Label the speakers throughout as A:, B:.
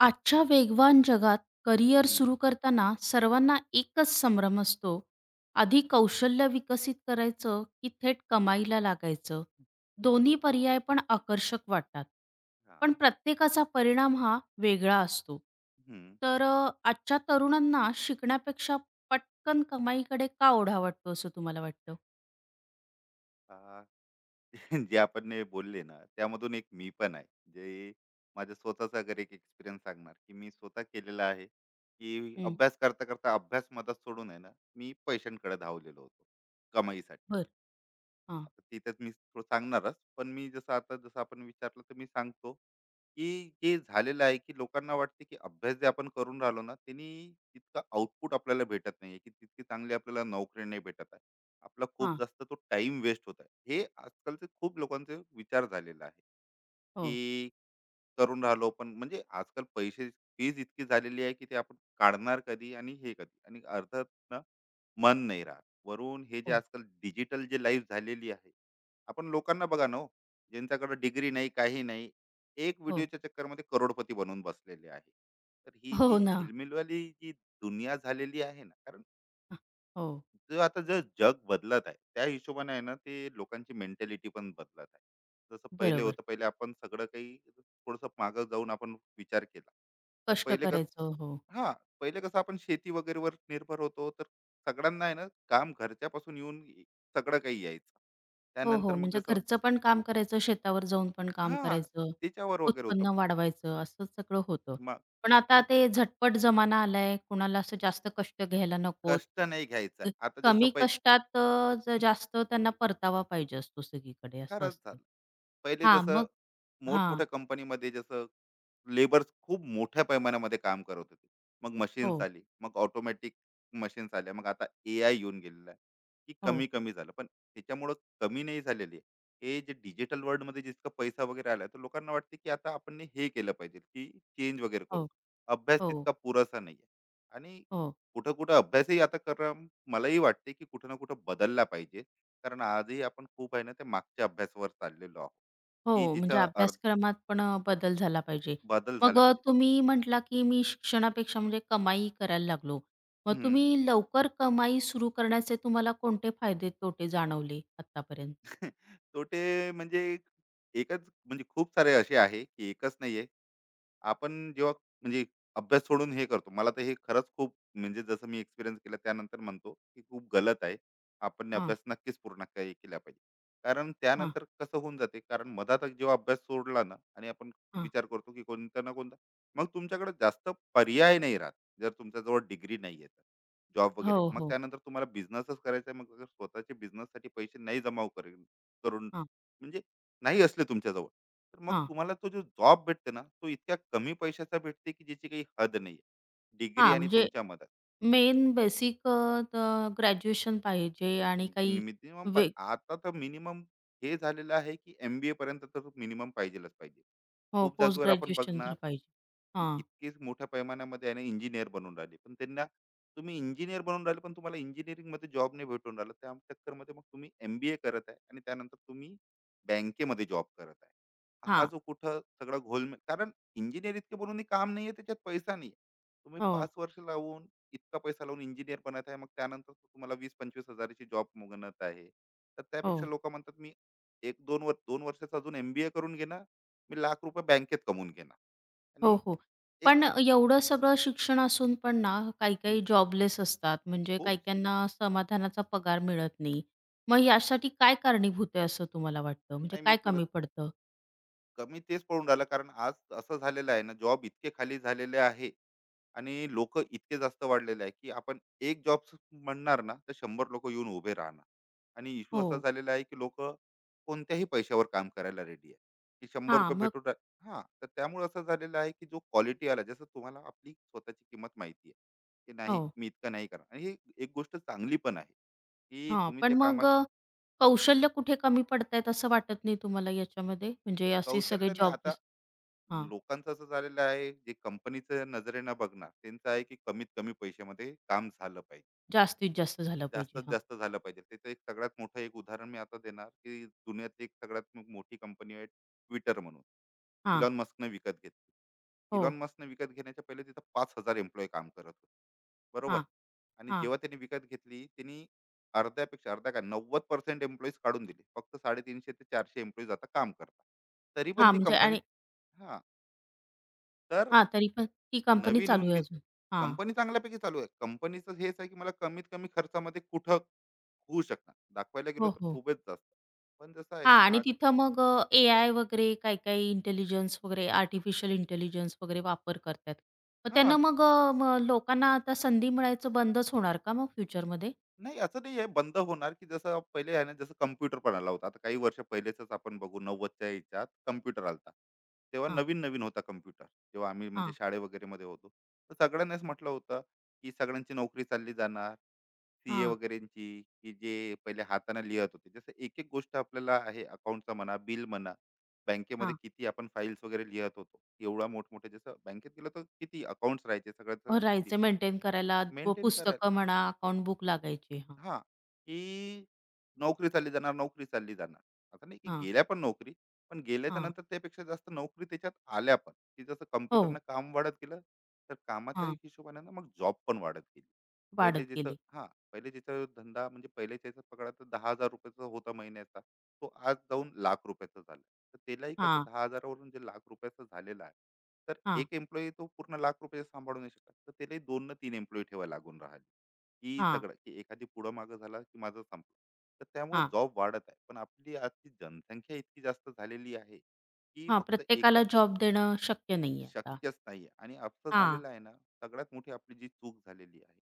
A: आजच्या वेगवान जगात करिअर
B: हं,
A: सुरू करताना सर्वांना एकच संभ्रम असतो. आधी कौशल्य विकसित करायचं की थेट कमाईला लागायचं? दोन्ही
B: बरोबर.
A: पर्याय पण आकर्षक वाटतात.
B: हां.
A: पण प्रत्येकाचा परिणाम हा वेगळा असतो.
B: हं.
A: तर आजच्या तरुणांना शिकण्यापेक्षा पटकन कमाईकडे का ओढा वाटतो असं तुम्हाला वाटतं?
B: अ, जे आपण हे बोलले ना, त्यामधून एक मी पण आहे. जे माझ्या स्वतःचा अगर एक एक्सपिरियन्स सांगणार, की मी स्वतः केलेला आहे, की
A: हं,
B: अभ्यास करता-करता अभ्यास मधात सोडून आहे ना, मी पैशांकडे धावलेलो होतो, कमाईसाठी.
A: बरं. हां,
B: आता ते तर मी थोडं सांगणारच. पण मी जसं आता जसं आपण विचारलं तर मी सांगतो, की जे झालेलं आहे, की लोकांना वाटते, की अभ्यास जे आपण करून राहिलो ना, त्यांनी तितका आउटपुट आपल्याला भेटत नाहीये, की तितकी चांगली आपल्याला नोकरी नाही भेटत आहे. आपला खूप
A: हां.
B: जास्त तो टाइम वेस्ट होत आहे. हे आजकालचे खूप लोकांचे विचार झालेला आहे,
A: हो,
B: की करून राहिलो, पण म्हणजे आजकाल पैसे फीज इतकी झालेली आहे, की ते आपण काढणार कधी आणि हे कधी. आणि अर्थात ना, मन नाही राहत वरून हे जे
A: हो,
B: आजकाल डिजिटल जे लाईफ झालेली आहे, आपण लोकांना बघा ना हो, ज्यांच्याकडे डिग्री नाही काही नाही, एक
A: हो.
B: व्हिडिओच्या चक्करमध्ये करोडपती बनून बसलेले आहे. तर ही जी
A: हो ना.
B: झिलमिलवाली जी दुनिया झालेली आहे ना, कारण
A: हां, हो.
B: जो आता जे जग बदलत आहे त्या हिशोबाने आहे ना, ते लोकांची मेंटॅलिटी पण बदलत आहे. जसं पहिले
A: बरोबर.
B: होतं, पहिले आपण सगळं काही थोडंसं मागं जाऊन आपण विचार केला. तर
A: कष्ट
B: पहिले कस
A: करायचं. हो.
B: हां, पहिले कसं आपण शेती वगैरेवर निर्भर होतो, तर सगळ्यांना आहे ना काम घरच्यापासून सगळं काही यायचं.
A: हो, हो.
B: त्यानंतर मग
A: म्हणजे
B: जसं
A: घरचं पण काम करायचं, शेतावर जाऊन पण काम
B: हां,
A: करायचं,
B: त्याच्यावर वगैरे होतं.
A: उत्पन्न वाढवायचं असं सगळं होतं.
B: मग
A: पण आता
B: मग
A: ते झटपट जमाना आलाय. कुणाला असं जास्त कष्ट घ्यायला नकोत.
B: कष्ट नाही घ्यायचं,
A: अ,
B: आता जसं
A: कमी
B: पहिले
A: कष्टात जास्त त्यांना परतावा पाहिजे असतो सगळीकडे असं
B: खरंच
A: असतं.
B: झालं. पहिले
A: हां,
B: जसं
A: मग हां.
B: मोठमोठ्या कंपनीमध्ये जसं लेबर्स खूप मोठ्या पैमानामध्ये काम करत होते. मग मशीन्स
A: हो,
B: आली, मग ऑटोमॅटिक मशीन्स आल्या, मग आता एआय येऊन गेलेलं आहे, की
A: हो,
B: कमी-कमी झालं. पण त्याच्यामुळं कमी नाही झालेली आहे. हे जे डिजिटल वर्ल्डमध्ये जितका पैसा वगैरे आला, तर लोकांना वाटते की आता आपण ने हे केलं पाहिजे, की चेंज वगैरे करू.
A: हो,
B: अभ्यास
A: हो,
B: तितका पुरेसा नाही आहे. आणि
A: हो.
B: कुठं-कुठं अभ्यासही आता करणं मलाही वाटते, की कुठं ना कुठं बदलला पाहिजे. कारण आजही आपण खूप आहे ना, त्या मागच्या अभ्यासावर चाललेलो आहोत, की
A: हो, म्हणजे
B: जिचा अर्थ
A: अभ्यासक्रमात पण बदल झाला पाहिजे.
B: बदल
A: मग
B: झाला पाहिजे.
A: तुम्ही म्हटला, की मी शिक्षणापेक्षा म्हणजे कमाई करायला लागलो. मग
B: हं.
A: तुम्ही लवकर कमाई सुरू करण्याचे तुम्हाला कोणते फायदे तोटे जाणवले आत्तापर्यंत?
B: तोटे म्हणजे एकच म्हणजे खूप सारे असे आहे, की एकच नाहीये. आपण जेव्हा म्हणजे अभ्यास सोडून हे करतो, मला तर हे खरंच खूप म्हणजे जसं मी एक्सपिरियन्स केला, त्यानंतर म्हणतो की खूप गलत आहे. आपण
A: हां,
B: अभ्यास नक्कीच पूर्ण काही केला पाहिजे, कारण
A: हां,
B: त्यानंतर कसं होऊन जाते. कारण मधात जेव्हा अभ्यास सोडला ना आणि आपण
A: हां.
B: विचार करतो की कोणता ना कोणता, मग तुमच्याकडे जास्त पर्याय नाही राहत. जर तुमच्याजवळ डिग्री नाही येत जॉब वगैरे,
A: हो,
B: मग
A: हो.
B: त्यानंतर तुम्हाला बिझनेसच करायचा आहे. मग अगर स्वतःचे बिझनेससाठी पैसे नाही जमा करून करून
A: हां,
B: म्हणजे नाही असले तुमच्याजवळ, तर मग
A: हां.
B: तुम्हाला तो जो जॉब भेटते ना, तो इतक्या कमी पैशाचा भेटते, की ज्याची काही हद नाही आहे. डिग्री
A: हां,
B: आणि
A: म्हणजे
B: तुमच्या मधात.
A: मेन बेसिक त ग्रॅज्युएशन पाहिजे आणि काही
B: मिनिमम
A: वे
B: आता तर मिनिमम हे झालेलं आहे, की एम-बी-ए पर्यंत तर मिनिमम पाहिजेलच पाहिजे.
A: हो,
B: खूप
A: पोस्ट
B: जागेवर आपण
A: ग्रॅज्युएशन
B: बघणार
A: तर पाहिजे.
B: की
A: हां,
B: इतकीच मोठ्या पैमानामध्ये आहे ना, इंजिनियर बनून राहिले, पण त्यांना तुम्ही इंजिनियर बनून राहिले, पण तुम्हाला इंजिनिअरिंग मध्ये जॉब नाही भेटून राहिला. त्या चक्करमध्ये मग तुम्ही एमबीए करत आहे, आणि त्यानंतर तुम्ही बँकेमध्ये जॉब करत आहे. हा
A: हां.
B: जो कुठं सगळा घोलमेल, कारण इंजिनियर इतके बनून काम नाहीये, त्याच्यात पैसा नाही. तुम्ही
A: हो,
B: 5 वर्ष लावून इतका पैसा लावून इंजिनियर बनत आहे, मग त्यानंतर तो तुम्हाला 20-25 हजाराची जॉब मिळत आहे. तर त्यापेक्षा
A: हो.
B: लोक म्हणतात, मी एक दोन वर्ष, 2 वर्षाचा अजून एमबीए करून घेणार. मी लाख रुपये बँकेत कमवून घेणार.
A: हो,
B: आणि
A: हो.
B: एक
A: पण एवढं सगळं शिक्षण असून पण ना,
B: हं,
A: काही-काही जॉबलेस असतात. म्हणजे
B: खूप.
A: काही-काहींना समाधानाचा पगार मिळत नाही. मग यासाठी काय कारणीभूत आहे असं तुम्हाला वाटतं? म्हणजे
B: नाही मी
A: काय
B: तुला.
A: कमी पडतं?
B: कमी तेच पडून राहिलं, कारण आज असं झालेलं आहे ना, जॉब इतके खाली झालेले आहे आणि लोक इतके जास्त वाढलेले आहे, की आपण एक जॉब म्हणणार ना, तर 100 लोक येऊन उभे राहणार. आणि इश्यू असा
A: हो.
B: झालेला आहे की लोक कोणत्याही पैशावर काम करायला रेडी आहे, की शंभर
A: हां,
B: रुपये
A: मग
B: हा, तर त्यामुळे असं झालेलं आहे की जो क्वालिटी आला, जसं तुम्हाला आपली स्वतःची किंमत माहिती आहे, की नाही
A: हो.
B: मी इतकं नाही करणार. आणि ही एक गोष्ट चांगली पण आहे, की
A: हां,
B: तुम्ही
A: पण
B: त्या
A: मग
B: कामात
A: कौशल्य कुठे कमी पडतायत असं वाटत नाही तुम्हाला याच्यामध्ये? म्हणजे असे सगळे
B: कौशल्य नाही आता.
A: जॉबलेस हां,
B: लोकांचं असं झालेलं आहे, जे कंपनीच्या नजरेनं बघणार, त्यांचं आहे की कमीत कमी पैशामध्ये काम झालं पाहिजे,
A: जास्तीत जास्त झालं पाहिजे.
B: जास्तीत
A: हां,
B: जास्त झालं पाहिजे. त्याचं एक सगळ्यात मोठं एक उदाहरण मी आता देणार, की दुनियातली एक सगळ्यात मोठी कंपनी आहे ट्विटर म्हणून.
A: हां.
B: इलॉन मस्कनं विकत घेतली.
A: हो.
B: इलॉन मस्कनं विकत घेण्याच्या पहिले तिथं 5,000 एम्प्लॉय काम करत होते, बरोबर.
A: हां,
B: आणि
A: हां.
B: जेव्हा त्यांनी विकत घेतली, त्यांनी अर्ध्यापेक्षा अर्ध्या काय 90% एम्प्लॉईज काढून दिले. फक्त 350 ते 400 एम्प्लॉईज आता काम करतात, तरी पण
A: हां,
B: ती
A: म्हणजे
B: कंपनी
A: आणि
B: हा, तर
A: हां, तरी पण ती कंपनी
B: नवीन येऊन
A: चालू आहे
B: गेली.
A: अजून. हां.
B: कंपनी चांगल्यापैकी चालू आहे. कंपनीचं हेच आहे, की मला कमीत कमी खर्चामध्ये कुठं होऊ शकणार. दाखवायला गेलो
A: हो,
B: तर
A: हो.
B: खूपच जास्त. पण जसं आहे ना
A: हां आणि
B: आज
A: तिथं मग ए-आय वगैरे काही-काही इंटेलिजन्स वगैरे आर्टिफिशियल इंटेलिजन्स वगैरे वापर करतायत. मग
B: हां,
A: त्यांना मग मग लोकांना आता संधी मिळायचं बंदच होणार का मग फ्युचरमध्ये?
B: नाही असं नाही आहे बंद होणार, की जसं पहिले आहे ना, जसं कॉम्प्युटर पण आला होता. आता काही वर्ष पहिलेचंच आपण बघू, 90च्या ह्याच्यात कॉम्प्युटर आला. तेव्हा
A: हां,
B: नवीन-नवीन होता कॉम्प्युटर. तेव्हा आम्ही म्हणजे
A: हां,
B: शाळे वगैरेमध्ये होतो. तर सगळ्यांनाच म्हटलं होतं, की सगळ्यांची नोकरी चालली जाणार. सीए
A: हां,
B: वगैरेची, की जे पहिले हाताने लिहत होते, जसं एक एक गोष्ट आपल्याला आहे अकाउंटचा म्हणा, बिल म्हणा, बँकेमध्ये
A: हां.
B: किती आपण फाईल्स वगैरे लिहत होतो. एवढा मोठमोठे, जसं बँकेत गेलं तर किती अकाउंट्स राहायचे सगळ्याचं
A: राहायचं मेंटेन करायला व
B: मेंटेन.
A: पुस्तकं म्हणा, अकाउंट बुक लागायची. हां,
B: हां, की नोकरी चालली जाणार, नोकरी चालली जाणार. असं नाही की
A: हां,
B: गेल्या पण नोकरी, पण गेल्याच्या
A: हां.
B: नंतर त्यापेक्षा जास्त नोकरी त्याच्यात आल्या पण, की जसं
A: हो,
B: कम्प्युटरनं काम वाढत गेलं, तर कामाच्याही
A: हां.
B: हिशोबाने ना मग जॉब पण वाढत गेली. पहिले
A: वाढत
B: जिथं
A: गेली.
B: हां, पहिले जिथं धंदा म्हणजे पहिल्याच्या ह्याच्यात पकडा तर ₹10,000 चा होता महिन्याचा, तो आज जाऊन लाख रुपयाचा झाला. तर त्यालाही कसं
A: हां,
B: 10,000 वरून जे ₹1,00,000 झालेला आहे, तर
A: हां,
B: 1 एम्प्लॉयी तो पूर्ण ₹1,00,000 सांभाळू नाही शकत. तर त्यालाही 2 ना 3 एम्प्लॉयी ठेवायला लागून राहिले. की
A: हां,
B: सगळं, की एखादी पुढं-मागं झाला की माझं संपलं. तर त्यामुळे
A: हां,
B: जॉब वाढत आहे. पण आपली आजची जनसंख्या इतकी जास्त झालेली आहे, की
A: हां.
B: फक्त एका
A: प्रत्येकाला जॉब देणं शक्य नाहीये आता.
B: शक्यच नाहीये. आणि असं
A: हां,
B: झालेलं आहे ना, सगळ्यात मोठी आपली जी चूक झालेली आहे,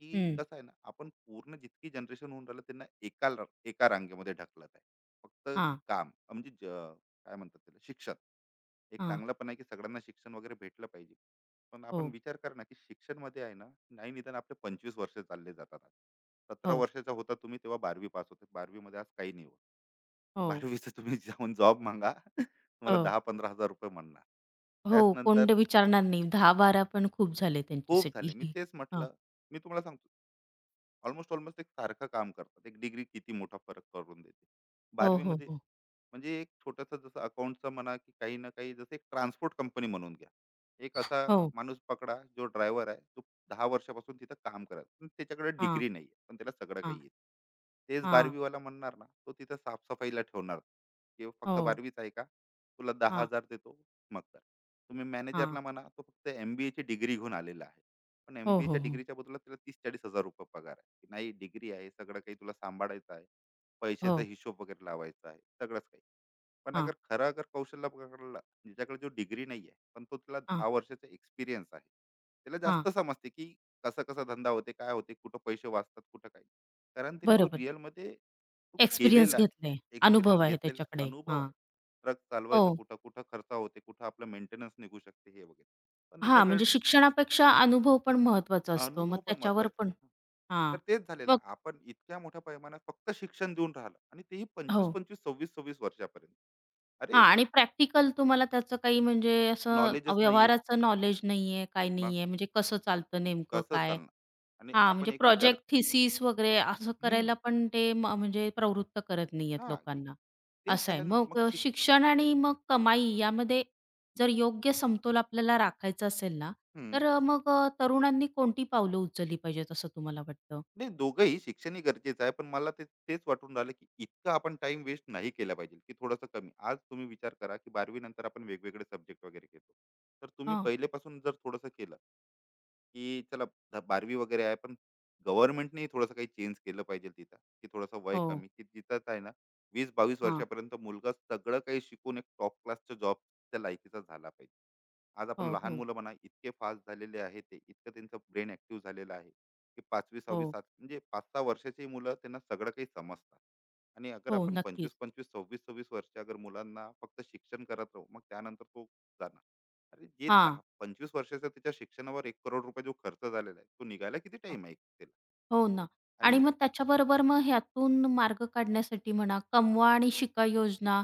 B: की
A: हं.
B: कसं आहे ना, आपण पूर्ण जितकी जनरेशन होऊन राहिलं त्यांना एका रांगेमध्ये ढकलत आहे, फक्त
A: हां,
B: काम काय म्हणतात त्याला शिक्षण. एक
A: हां.
B: चांगलं पण आहे की सगळ्यांना शिक्षण वगैरे भेटलं पाहिजे, पण
A: हो,
B: आपण विचार कर ना की शिक्षण मध्ये आहे ना, नाही निदान आपले 25 वर्ष चालले जातात आज. सतरा
A: हो,
B: वर्षाचा होता तुम्ही तेव्हा, 12वी पास होते, 12वी मध्ये आज काही नाही होत.
A: हो,
B: 12वीचं तुम्ही जाऊन जॉब मागा, तुम्हाला
A: हो.
B: 10-15 हजार रुपये म्हणणार. त्याच
A: हो,
B: नंतर
A: कोण ते विचारणार नाही. 10-12 पण खूप झाले
B: खूप
A: त्यांच्यासाठी.
B: झाले. मी तेच
A: हां.
B: म्हटलं, मी तुम्हाला सांगतो, ऑलमोस्ट एक सारखं काम करतात. एक डिग्री किती मोठा फरक करून देते.
A: हो,
B: 12वी
A: हो,
B: मध्ये
A: हो.
B: म्हणजे एक छोटंसं जसं अकाउंटचं म्हणा, की काही ना काही जसं एक ट्रान्सपोर्ट कंपनी म्हणून घ्या. एक असा
A: हो.
B: माणूस पकडा जो ड्रायव्हर आहे, तो 10 वर्षापासून तिथं काम करायला. पण त्याच्याकडे
A: हां,
B: डिग्री नाही आहे, पण त्याला सगळं
A: हां,
B: काही येतं. तेच
A: हां.
B: 12वी म्हणणार ना, तो तिथं साफ ठेवणार, की फक्त
A: हो.
B: 12वीच आहे का? तुला
A: हां,
B: 10,000 देतो, मग कर. तुम्ही
A: हां.
B: मॅनेजरला म्हणा, तो फक्त एम-बी-एची डिग्री घेऊन आलेला आहे. पण
A: हो, हो,
B: एमबीएच्या
A: हो.
B: डिग्रीच्या बदल्यात तिला 30-40,000 रुपये पगार आहे, की नाही डिग्री आहे, सगळं काही तुला सांभाळायचं आहे. पैशाचा
A: हो.
B: हिशोब वगैरे लावायचा आहे, सगळंच काही. पण
A: हां,
B: अगर खरा अगर कौशल्य पकडला, ज्याच्याकडे जो डिग्री नाही आहे, पण तो तिला
A: हां,
B: 10 वर्षाचा एक्सपिरियन्स आहे. त्याला
A: हां.
B: जास्त समजते, की कसा-कसा धंदा होते, काय होते, कुठं पैसे वाचतात, कुठं काय. कारण त्याने तो
A: बरोबर.
B: रिअलमध्ये तो
A: एक्सपिरियन्स
B: केलेला
A: घेतलाय.
B: आहे,
A: अनुभव
B: एक्सपिरियन्स
A: आहे
B: घेतलेला आहे,
A: त्याच्याकडे.
B: अनुभव
A: हां.
B: आहे. ट्रक चालवायचा
A: हो.
B: कुठं, कुठं खर्च होते, कुठं आपलं मेंटेनन्स निघू शकते, हे वगैरे. पण
A: हां,
B: त्याच्याकडे
A: म्हणजे शिक्षणापेक्षा अनुभव पण महत्वाचा असतो. मग
B: अनुभव पण
A: त्याच्यावर
B: महत्वाचा.
A: पण
B: हं.
A: हां.
B: तर तेच झालेलं.
A: मग
B: आपण इतक्या मोठ्या पैमानात फक्त शिक्षण देऊन राहिलं आणि तेही
A: हो.
B: 25-25, 26-26 वर्षापर्यंत. अरे
A: हां आणि प्रॅक्टिकल तुम्हाला त्याचं काही म्हणजे असं
B: नॉलेजच नाहीये.
A: व्यवहाराचं नॉलेज नाहीये, काय
B: मग
A: नाहीये. म्हणजे कसं चालतं नेमकं
B: कसं
A: काय?
B: चालणार? आणि
A: हां,
B: आपण
A: म्हणजे
B: एक विचार.
A: प्रोजेक्ट, थिसीस वगैरे असं
B: हं,
A: करायला पण ते म्हणजे प्रवृत्त करत नाहीयेत
B: हां, की
A: लोकांना,
B: तेच
A: असं आहे.
B: झालं ना, तर
A: मग
B: मग शिक
A: शिक्षण आणि मग कमाई यामध्ये जर योग्य समतोल आपल्याला राखायचा असेल ना,
B: हं.
A: तर मग तरुणांनी कोणती पावलं उचलली पाहिजेत असं तुम्हाला वाटतं?
B: नाही दोघंही शिक्षणही गरजेचं आहे, पण मला ते तेच वाटून राहिलं, की इतका आपण टाईम वेस्ट नाही केला पाहिजे, की थोडंसं कमी. आज तुम्ही विचार करा, की 12वी नंतर आपण वेगवेगळे सब्जेक्ट वगैरे घेतो. तर तुम्ही
A: हां.
B: पहिलेपासून जर थोडंसं केलं की चला बारवी वगैरे आहे पण गव्हर्नमेंटने थोडंसं काही चेंज केलं पाहिजे तिथं की थोडंसं वय
A: हो.
B: कमी की जिथं काय ना वीस बावीस
A: हां.
B: वर्षापर्यंत मुलगा सगळं काही शिकून एक टॉप क्लासचा जॉब त्या लायकीचा झाला पाहिजे. आज आपण
A: हो,
B: लहान
A: हो.
B: मुलं म्हणा इतके फास्ट झालेले आहे, ते इतकं त्यांचं ब्रेन ऍक्टिव्ह झालेलं आहे की
A: हो.
B: पाच सहा वर्षाची मुलं त्यांना सगळं काही समजतात. आणि अगर
A: हो,
B: आपण पंचवीस
A: नक्कीच.
B: पंचवीस सव्वीस सव्वीस वर्ष अगर मुलांना फक्त शिक्षण करत राहू मग त्यानंतर तो जाणार. अरे जे दहा
A: हां.
B: पंचवीस वर्षाचा त्याच्या शिक्षणावर 1 करोड रुपये जो खर्च झालेला आहे तो निघायला किती टाइम आहे त्याला.
A: हो ना. आणि
B: आणि
A: मग त्याच्याबरोबर मग ह्यातून मार्ग काढण्यासाठी म्हणा, कमवा आणि शिका योजना,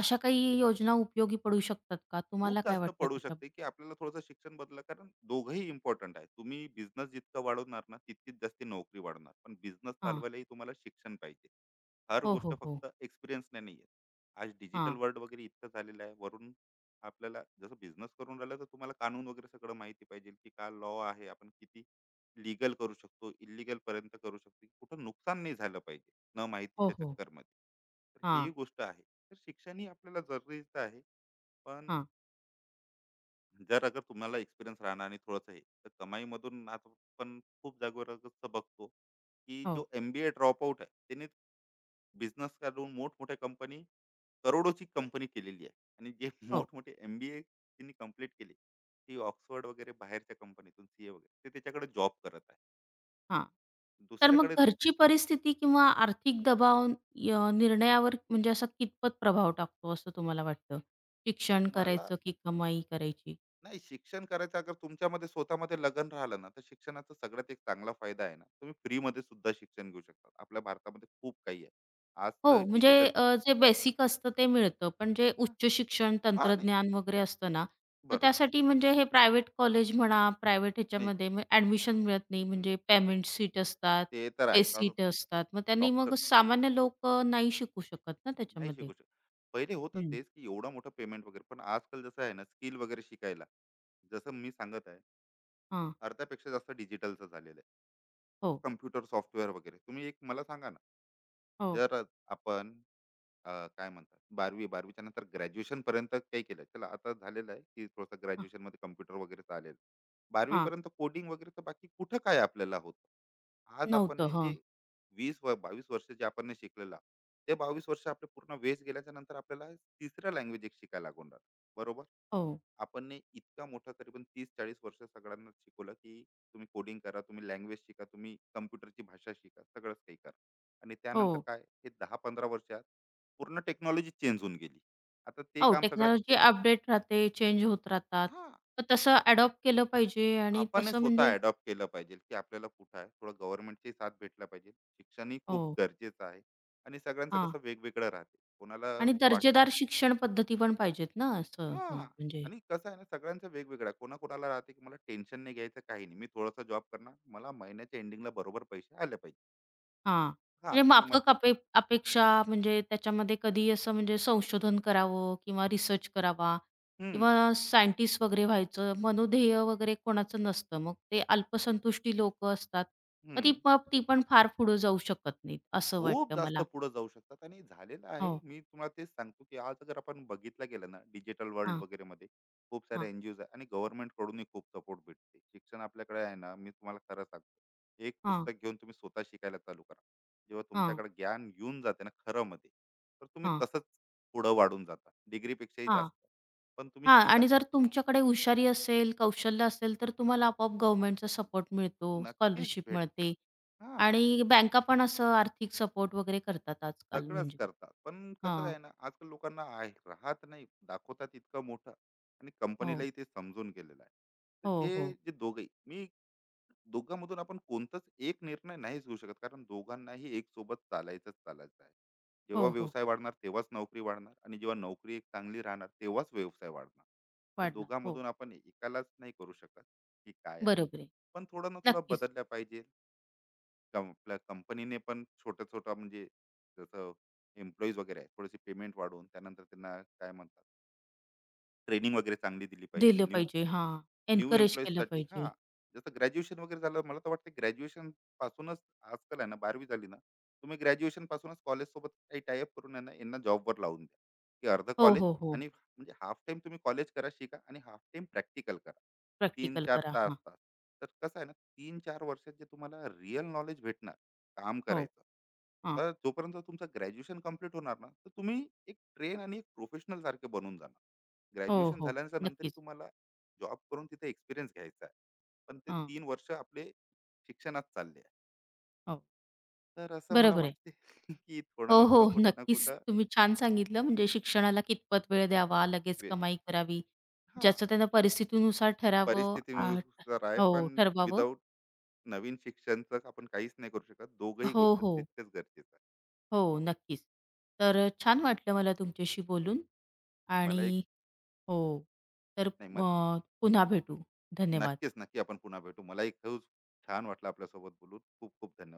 A: अशा काही योजना उपयोगी पडू शकतात का?
B: खूप
A: तुम्हाला काय
B: जास्त
A: वाटतं
B: पडू
A: त्याच्या
B: शकते की आपल्याला थोडंसं शिक्षण बदला, कारण दोघंही इम्पॉर्टंट आहे. तुम्ही बिझनेस जितका वाढवणार ना तितकीच जास्त नोकरी वाढणार, पण बिझनेस
A: हां.
B: चालवायलाही तुम्हाला शिक्षण पाहिजे. हर
A: हो, हो,
B: गोष्ट
A: हो.
B: फक्त एक्सपिरियन्सने नाही येत. आज डिजिटल
A: हां.
B: वर्ल्ड वगैरे इतकं झालेलं आहे वरून. आपल्याला जसं बिझनेस करून राहिलं तर तुम्हाला कानून वगैरे सगळं माहिती पाहिजे की काय लॉ आहे, आपण किती लिगल करू शकतो, इलिगल पर्यंत करू शकतो, कुठं नुकसान नाही झालं पाहिजे न
A: हो,
B: माहितीच्या
A: हो.
B: चक्करमध्ये. तर ही
A: हां,
B: गोष्ट आहे. तर शिक्षण ही आपल्याला जरुरीचं आहे, पण
A: हां.
B: जर अगर तुम्हाला एक्सपिरियन्स राहणार आणि थोडंसं हे तर कमाईमधून आता. पण खूप जागेवर असं बघतो की जो
A: हो,
B: एम बी ए ड्रॉपआउट आहे त्याने बिझनेस काढून मोठमोठ्या कंपनी, करोडोची कंपनी केलेली आहे. आणि जे
A: हो.
B: मोठमोठे एम बी ए त्यांनी कम्प्लीट केले ती ऑक्सफर्ड वगैरे बाहेरच्या कंपनीतून, सी ए वगैरे, ते त्याच्याकडे जॉब करत आहे
A: हां. तर मग
B: दुसऱ्याकडे.
A: घरची परिस्थिती किंवा आर्थिक दबाव य निर्णयावर म्हणजे असा कितपत प्रभाव टाकतो असं तुम्हाला वाटतं? शिक्षण
B: मला,
A: करायचं की कमाई करायची?
B: नाही शिक्षण करायचं अगर तुमच्यामध्ये स्वतःमध्ये लगन राहिलं ना, तर शिक्षणाचा सगळ्यात एक चांगला फायदा आहे ना, तुम्ही फ्रीमध्ये सुद्धा शिक्षण घेऊ शकता. आपल्या भारतामध्ये खूप काही आहे. आज तर
A: हो, म्हणजे
B: डिजिटल.
A: जे बेसिक असतं ते मिळतं. पण जे
B: हा,
A: उच्च शिक्षण,
B: हा नाही,
A: तंत्रज्ञान वगैरे असतं ना, मग
B: बरोबर
A: त्यासाठी म्हणजे हे प्रायव्हेट कॉलेज म्हणा, प्रायव्हेट
B: नाही.
A: ह्याच्यामध्ये मग ॲडमिशन मिळत नाही.
B: हम्म,
A: म्हणजे पेमेंट सीट असतात,
B: ते तर
A: पे
B: आहेच आता.
A: सीट असतात. मग त्यांनी
B: डॉक्टर
A: मग सामान्य लोक नाही शिकू शकत ना
B: नाही
A: त्याच्यामध्ये.
B: शिकू शकत. पहिले होतं
A: हं.
B: तेच की एवढा मोठा पेमेंट वगैरे, पण आजकाल जसं आहे ना स्किल वगैरे शिकायला, जसं मी सांगत आहे
A: हां.
B: अर्ध्यापेक्षा जास्त डिजिटलचं झालेलं आहे.
A: हो,
B: कम्प्युटर सॉफ्टवेअर वगैरे, तुम्ही एक मला सांगा ना.
A: हो.
B: जर आपण काय म्हणतात 12वी नंतर ग्रॅज्युएशन पर्यंत काही केलं. चला आता झालेलं आहे की थोडंसं
A: हां,
B: ग्रॅज्युएशन मध्ये कॉम्प्युटर वगैरे आलेलं. 12वी
A: हां.
B: पर्यंत कोडिंग वगैरेचं बाकी कुठं काय आपल्याला होतं. आज आपण
A: नव्हतं.
B: हे
A: हां.
B: जे 20 व 22 वर्ष जे आपण ने शिकलेलं, ते 22 वर्ष आपले पूर्ण वेस्ट गेल्याच्या नंतर आपल्याला तिसऱ्या लँग्वेज एक शिकायला लागून राहिलं. बरोबर?
A: हो,
B: आपण इतका मोठा तरी पण 30-40 वर्ष सगळ्यांना शिकवलं, की तुम्ही कोडिंग करा, तुम्ही लँग्वेज शिका, तुम्ही कॉम्प्युटरची भाषा शिका, सगळंच काही करा. आणि
A: हो.
B: त्यानंतर काय हे 10-15 वर्षात पूर्ण टेक्नॉलॉजी चेंज होऊन गेली. आता ते
A: हो,
B: काम सगळं.
A: टेक्नॉलॉजी अपडेट राहते, चेंज होत राहतात.
B: हां,
A: तर तसं अडॉप्ट केलं पाहिजे आणि
B: आपण
A: तसं म्हणजे
B: स्वतः अडॉप्ट केलं पाहिजे की आपल्याला कुठं आहे. थोडं गव्हर्नमेंटची साथ भेटला पाहिजे. शिक्षणही खूप
A: हो.
B: गरजेचं आहे. आणि सगळ्यांचं
A: हां.
B: कसं वेगवेगळं राहते. कोणाला
A: आणि
B: वाट.
A: दर्जेदार शिक्षण पद्धती पण पाहिजेत ना असं हं,
B: हां.
A: म्हणजे
B: आणि कसं आहे ना, सगळ्यांचं वेगवेगळं आहे. कोणाकोणाला राहते की मला टेन्शन नाही घ्यायचं, काही नाही. मी थोडासा जॉब करणार. मला महिन्याच्या एंडिंगला बरोबर पैसे आले पाहिजे.
A: हां.
B: हां,
A: म्हणजे
B: किंमत.
A: माफक अपेक्षा म्हणजे त्याच्यामध्ये कधी असं म्हणजे संशोधन करावं किंवा रिसर्च करावा
B: हं,
A: किंवा सायंटिस्ट वगैरे व्हायचं मनोध्येय वगैरे कोणाचं नसतं. मग ते अल्पसंतुष्टी लोक असतात.
B: हं.
A: मग ती ती पण फार पुढे जाऊ शकत नाहीत असं
B: खूप
A: वाटतं
B: जास्त
A: मला.
B: पुढे जाऊ शकतात आणि झालेलं आहे.
A: हो.
B: मी तुम्हाला तेच सांगतो की आज अगर आपण बघितलं गेलं ना, डिजिटल वर्ल्ड
A: हां,
B: वगैरेमध्ये खूप साऱ्या
A: हां,
B: एन-जी-ओज आहे आणि गव्हर्नमेंटकडूनही खूप सपोर्ट भेटते. शिक्षण आपल्याकडे आहे ना, मी तुम्हाला खरं सांगतो, एक
A: हां,
B: पुस्तक घेऊन तुम्ही स्वतः शिकायला चालू करा. जेव्हा
A: हां,
B: तुमच्याकडे ज्ञान येऊन जाते ना खरं मध्ये, तर तुम्ही
A: हां,
B: तसंच पुढं वाढून जाता. डिग्रीपेक्षाही
A: हां.
B: जास्त. पण तुम्ही
A: हां
B: शिका.
A: आणि जर तुमच्याकडे हुशारी असेल, कौशल्य असेल, तर तुम्हाला आपोआप गव्हर्नमेंटचा सपोर्ट मिळतो,
B: नक्कीच
A: स्कॉलरशिप
B: भेटते.
A: मिळते
B: हां.
A: आणि बँका पण असं आर्थिक सपोर्ट वगैरे करतात आजकाल
B: सगळंच
A: म्हणजे.
B: करतात. पण कसं
A: हां.
B: आहे ना, आजकाल लोकांना आहे राहत नाही. दाखवतात इतकं मोठं. आणि
A: हो.
B: कंपनीलाही ते समजून गेलेलं आहे. तर
A: हो,
B: हे
A: हो.
B: जे दोघंही मी, दोघांमधून आपण कोणताच एक निर्णय नाहीच घेऊ शकत. कारण दोघांनाही एकसोबत चालायचं आहे. जेव्हा
A: हो, हो.
B: व्यवसाय वाढणार तेव्हाच नोकरी वाढणार आणि जेव्हा नोकरी एक चांगली राहणार तेव्हाच व्यवसाय वाढणार. हे
A: वाढणार. हो.
B: दोघांमधून आपण एकालाच नाही करू शकत, की काय आहे.
A: बरोबर आहे.
B: पण थोडं ना थोडं
A: नक्कीच.
B: बदलल्या पाहिजे. आपल्या कंपनीने पण छोटं-छोटं म्हणजे, जसं एम्प्लॉईज वगैरे आहे, थोडीशी पेमेंट वाढवून त्यानंतर त्यांना काय म्हणतात, ट्रेनिंग वगैरे चांगली दिली पाहिजे.
A: दिलं
B: न्यू
A: पाहिजे. हां. एन्करेज
B: न्यू
A: केलं
B: साठी हा,
A: पाहिजे.
B: जसं ग्रॅज्युएशन वगैरे झालं, मला तर वाटतं ग्रॅज्युएशन पासूनच आजकाल आहे ना, बारावी झाली ना, तुम्ही ग्रॅज्युएशन पासूनच कॉलेज सोबत काही टायअप करून आहे ना, यांना जॉबवर लावून द्या की अर्ध
A: हो,
B: कॉलेज.
A: हो, हो.
B: आणि म्हणजे हाफ टाइम तुम्ही कॉलेज करा शिका आणि हाफ टाइम प्रॅक्टिकल करा, तीन
A: प्रॅक्टिकल
B: चार
A: करा.
B: तास
A: हां.
B: तास तर कसं आहे ना, तीन चार वर्षात जे तुम्हाला रिअल नॉलेज भेटणार काम
A: हो.
B: करायचं.
A: हां.
B: तर जोपर्यंत तुमचं ग्रॅज्युएशन कम्प्लीट होणार ना, तर तुम्ही एक ट्रेन आणि एक प्रोफेशनल सारखे बनून जाणार.
A: हो,
B: ग्रॅज्युएशन
A: हो.
B: झाल्यानंतर नंतरही
A: नक्कीच.
B: तुम्हाला जॉब करून तिथे एक्सपिरियन्स घ्यायचा आहे. पण ते
A: हां.
B: तीन वर्ष आपले शिक्षणात चालले आहे.
A: हो.
B: तर असं मला
A: बरोबर आहे.
B: वाटते की थोडं
A: हो,
B: ना थोडं,
A: हो.
B: कुठं ना
A: नक्कीच.
B: कुठं.
A: तुम्ही छान सांगितलं म्हणजे शिक्षणाला कितपत वेळ द्यावा, लगेच
B: वे
A: कमाई करावी,
B: हां,
A: ज्याचं त्यांना परिस्थितीनुसार ठरावं आह,
B: परिस्थितीनुसार आहे.
A: हो,
B: पण
A: ठरवावं.
B: विदाऊट नवीन शिक्षणचं आपण काहीच नाही करू शकत. दोघंही
A: हो,
B: गोष्ट
A: हो.
B: तितकंच गरजेचं आहे.
A: हो, नक्कीच. तर छान वाटलं मला तुमच्याशी बोलून
B: मला
A: आणि
B: एक,
A: हो, तर
B: नाही मग
A: पुन्हा भेटू. धन्यवाद.
B: नक्कीच, नक्की आपण पुन्हा भेटू. मलाही खूप छान वाटलं आपल्यासोबत बोलून. खूप खूप धन्यवाद.